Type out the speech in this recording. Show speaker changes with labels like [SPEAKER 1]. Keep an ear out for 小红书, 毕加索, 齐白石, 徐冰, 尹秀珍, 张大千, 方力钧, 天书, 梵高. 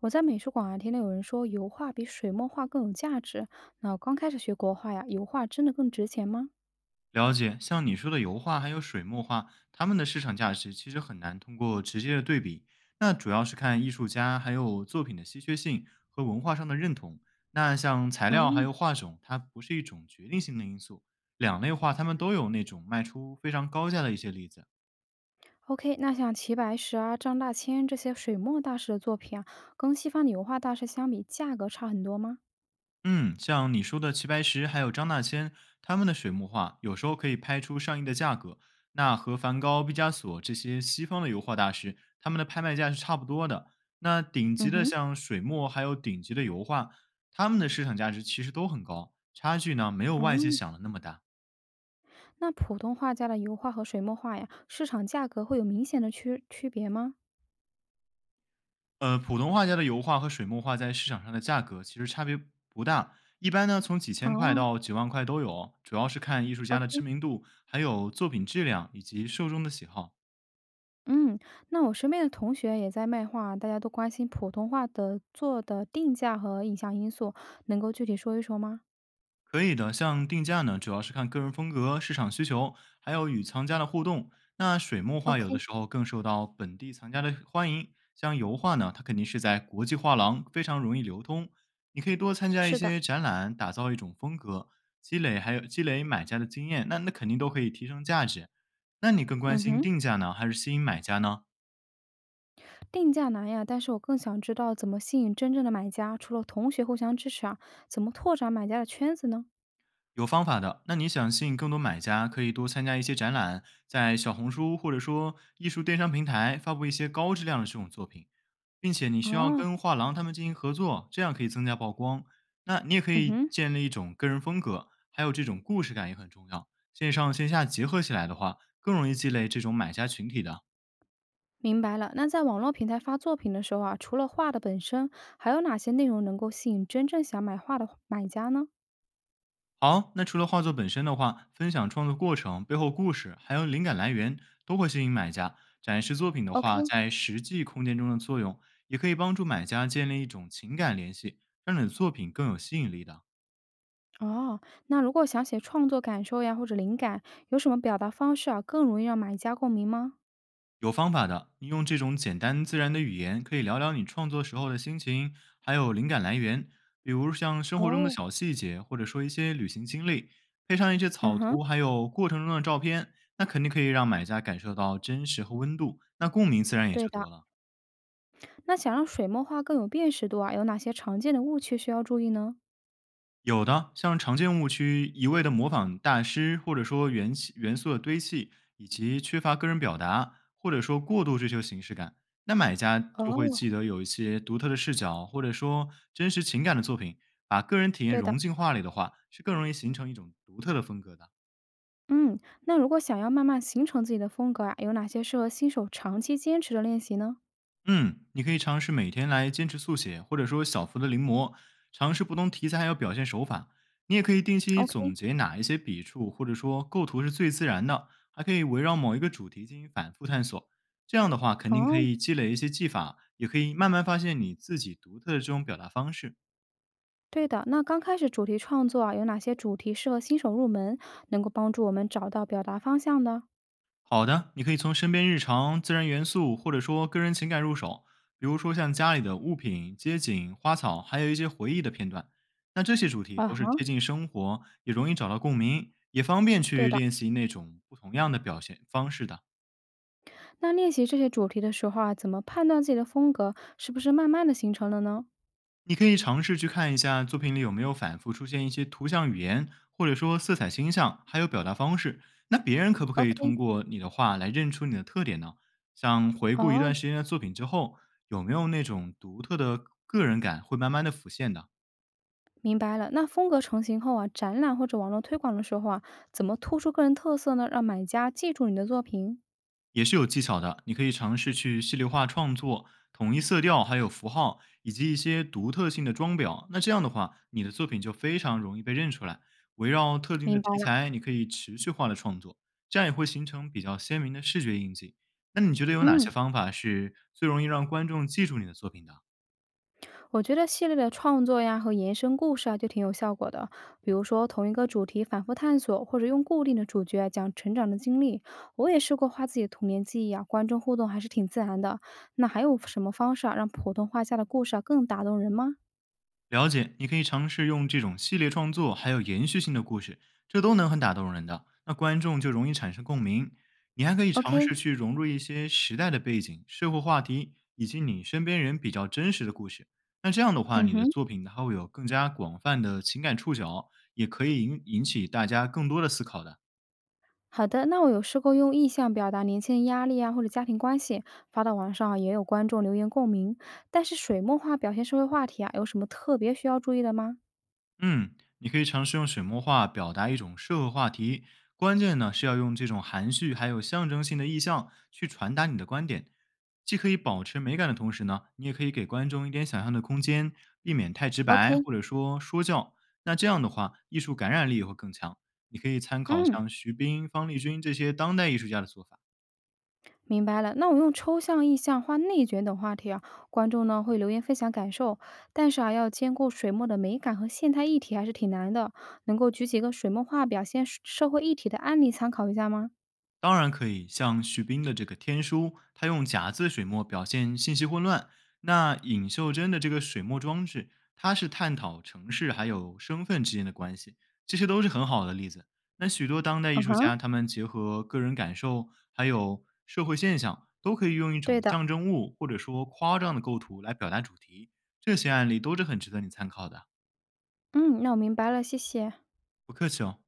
[SPEAKER 1] 我在美术馆啊，听到有人说油画比水墨画更有价值。那我刚开始学国画呀，油画真的更值钱吗？
[SPEAKER 2] 了解，像你说的油画还有水墨画，它们的市场价值其实很难通过直接的对比，那主要是看艺术家还有作品的稀缺性和文化上的认同。那像材料还
[SPEAKER 1] 哦，
[SPEAKER 2] 有画种，它不是一种决定性的因素。两类画它们都有那种卖出非常高价的一些例子。
[SPEAKER 1] ？OK。那像齐白石啊、张大千这些水墨大师的作品啊，跟西方的油画大师相比，价格差很多吗？
[SPEAKER 2] 嗯，像你说的齐白石还有张大千，他们的水墨画有时候可以拍出上亿的价格。那和梵高、毕加索这些西方的油画大师，他们的拍卖价是差不多的。那顶级
[SPEAKER 1] 嗯
[SPEAKER 2] 的
[SPEAKER 1] 哼。
[SPEAKER 2] 像水墨还有顶级的油画，他们的市场价值其实都很高，差距呢没有外界
[SPEAKER 1] 哦。
[SPEAKER 2] 想的那么大。
[SPEAKER 1] 那普通画家的油画和水墨画呀，市场价格会有明显的区别吗？
[SPEAKER 2] 普通画家的油画和水墨画在市场上的价格其实差别不大，一般呢从几千块
[SPEAKER 1] 哦，
[SPEAKER 2] 到几万块都有，主要是看艺术家的
[SPEAKER 1] ？OK。
[SPEAKER 2] 知名度，还有作品质量以及受众的喜好。
[SPEAKER 1] 嗯。那我身边的同学也在卖画啊，大家都关心普通画的做的定价和影响因素，能够具体说一说吗
[SPEAKER 2] 可以的，像定价呢，主要是看个人风格、市场需求，还有与藏家的互动。那水墨画有的
[SPEAKER 1] ？OK。
[SPEAKER 2] 时候更受到本地藏家的欢迎，像油画呢，它肯定是在国际画廊非常容易流通。你可以多参加一
[SPEAKER 1] 是的。
[SPEAKER 2] 些展览，打造一种风格，积累还有积累买家的经验，那肯定都可以提升价值。那你更关
[SPEAKER 1] 嗯
[SPEAKER 2] 心
[SPEAKER 1] 哼。
[SPEAKER 2] 定价呢，还是吸引买家呢？
[SPEAKER 1] 定价难呀，但是我更想知道怎么吸引真正的买家，除了同学互相支持啊，怎么拓展买家的圈子呢？
[SPEAKER 2] 有方法的。那你想吸引更多买家，可以多参加一些展览，在小红书或者说艺术电商平台发布一些高质量的这种作品，并且你需要
[SPEAKER 1] 哦。
[SPEAKER 2] 跟画廊他们进行合作，这样可以增加曝光。那你也可
[SPEAKER 1] 嗯
[SPEAKER 2] 以
[SPEAKER 1] 哼。
[SPEAKER 2] 建立一种个人风格，还有这种故事感也很重要。线上线下结合起来的话，更容易积累这种买家群体的。
[SPEAKER 1] 明白了。那在网络平台发作品的时候啊，除了画的本身，还有哪些内容能够吸引真正想买画的买家呢
[SPEAKER 2] 好，那除了画作本身的话，分享创作过程、背后故事，还有灵感来源，都会吸引买家。展示作品的话，
[SPEAKER 1] ？OK。
[SPEAKER 2] 在实际空间中的作用，也可以帮助买家建立一种情感联系，让你的作品更有吸引力的。
[SPEAKER 1] 哦。那如果想写创作感受呀或者灵感，有什么表达方式啊更容易让买家共鸣吗？
[SPEAKER 2] 有方法的，你用这种简单自然的语言，可以聊聊你创作时候的心情，还有灵感来源，比如像生活中的
[SPEAKER 1] 哦。
[SPEAKER 2] 小细节，或者说一些旅行经历，配上一些
[SPEAKER 1] 嗯
[SPEAKER 2] 草
[SPEAKER 1] 哼。
[SPEAKER 2] 图，还有过程中的照片，那肯定可以让买家感受到真实和温度，那共鸣自然也
[SPEAKER 1] 对
[SPEAKER 2] 就
[SPEAKER 1] 的。
[SPEAKER 2] 多了。
[SPEAKER 1] 那想让水墨画更有辨识度啊，有哪些常见的误区需要注意呢？
[SPEAKER 2] 有的，像常见误区一味的模仿大师，或者说元气元素的堆砌，以及缺乏个人表达，或者说过度追求形式感，那买家就会
[SPEAKER 1] 哦。
[SPEAKER 2] 记得有一些独特的视角，或者说真实情感的作品，把个人体验
[SPEAKER 1] 对的。
[SPEAKER 2] 融进画里的话，是更容易形成一种独特的风格的。
[SPEAKER 1] 嗯。那如果想要慢慢形成自己的风格啊，有哪些适合新手长期坚持的练习呢
[SPEAKER 2] 嗯，你可以尝试每天来坚持速写，或者说小幅的临摹，尝试不同题材还有表现手法。你也可以定期总
[SPEAKER 1] ？OK。
[SPEAKER 2] 结哪一些笔触或者说构图是最自然的，还可以围绕某一个主题进行反复探索。这样的话，肯定可
[SPEAKER 1] 哦。
[SPEAKER 2] 以积累一些技法，也可以慢慢发现你自己独特的这种表达方式。
[SPEAKER 1] 对的。那刚开始主题创作啊，有哪些主题适合新手入门，能够帮助我们找到表达方向的？
[SPEAKER 2] 好的，你可以从身边日常、自然元素或者说个人情感入手，比如说像家里的物品、街景、花草，还有一些回忆的片段。那这些主题
[SPEAKER 1] 啊
[SPEAKER 2] 都是
[SPEAKER 1] 哈。
[SPEAKER 2] 贴近生活，也容易找到共鸣，也方便
[SPEAKER 1] 对
[SPEAKER 2] 去
[SPEAKER 1] 的。
[SPEAKER 2] 练习那种不同样的表现方式的。
[SPEAKER 1] 那练习这些主题的时候啊，怎么判断自己的风格是不是慢慢的形成了呢
[SPEAKER 2] 你可以尝试去看一下作品里有没有反复出现一些图像语言，或者说色彩倾向，还有表达方式。那别人可不可以
[SPEAKER 1] ？OK。
[SPEAKER 2] 通过你的话来认出你的特点呢？像回顾一
[SPEAKER 1] 哦。
[SPEAKER 2] 段时间的作品之后，有没有那种独特的个人感会慢慢的浮现的？
[SPEAKER 1] 明白了。那风格成型后啊，展览或者网络推广的时候啊，怎么突出个人特色呢？让买家记住你的作品？
[SPEAKER 2] 也是有技巧的。你可以尝试去系列化创作，统一色调，还有符号，以及一些独特性的装裱。那这样的话，你的作品就非常容易被认出来。围绕特定的
[SPEAKER 1] 明白
[SPEAKER 2] 题
[SPEAKER 1] 了。
[SPEAKER 2] 材，你可以持续化的创作，这样也会形成比较鲜明的视觉印记。那你觉得有哪
[SPEAKER 1] 嗯。
[SPEAKER 2] 些方法是最容易让观众记住你的作品的？
[SPEAKER 1] 我觉得系列的创作呀和延伸故事啊就挺有效果的，比如说同一个主题反复探索，或者用固定的主角啊讲成长的经历。我也试过画自己的童年记忆啊，观众互动还是挺自然的。那还有什么方式啊让普通画家的故事啊更打动人吗
[SPEAKER 2] 了解，你可以尝试用这种系列创作，还有延续性的故事，这都能很打动人的。那观众就容易产生共鸣。你还可以尝试
[SPEAKER 1] ？OK。
[SPEAKER 2] 去融入一些时代的背景、社会话题，以及你身边人比较真实的故事。那这样的话，
[SPEAKER 1] 嗯
[SPEAKER 2] 你的
[SPEAKER 1] 哼。
[SPEAKER 2] 作品它会有更加广泛的情感触角，也可以引起大家更多的思考的。
[SPEAKER 1] 好的。那我有试过用意象表达年轻人压力啊或者家庭关系，发到网上啊也有观众留言共鸣。但是水墨画表现社会话题啊，有什么特别需要注意的吗
[SPEAKER 2] 嗯，你可以尝试用水墨画表达一种社会话题，关键呢是要用这种含蓄还有象征性的意象去传达你的观点，既可以保持美感的同时呢，你也可以给观众一点想象的空间，避免太直白
[SPEAKER 1] ？OK。
[SPEAKER 2] 或者说说教。那这样的话，艺术感染力也会更强。你可以参考
[SPEAKER 1] 嗯。
[SPEAKER 2] 像徐冰、方力钧这些当代艺术家的做法。
[SPEAKER 1] 明白了，那我用抽象、意象、画内卷等话题啊，观众呢会留言分享感受，但是啊，要兼顾水墨的美感和现代议题还是挺难的。能够举几个水墨画表现社会议题的案例参考一下吗？
[SPEAKER 2] 当然可以，像徐冰的这个《天书》，他用夹字水墨表现信息混乱；那尹秀珍的这个水墨装置，它是探讨城市还有身份之间的关系，这些都是很好的例子。那许多当代艺
[SPEAKER 1] 嗯
[SPEAKER 2] 术
[SPEAKER 1] 哼。
[SPEAKER 2] 家，他们结合个人感受还有社会现象，都可以用一种
[SPEAKER 1] 对的。
[SPEAKER 2] 象征物或者说夸张的构图来表达主题，这些案例都是很值得你参考的。
[SPEAKER 1] 嗯，那我明白了，谢谢。
[SPEAKER 2] 不客气哦。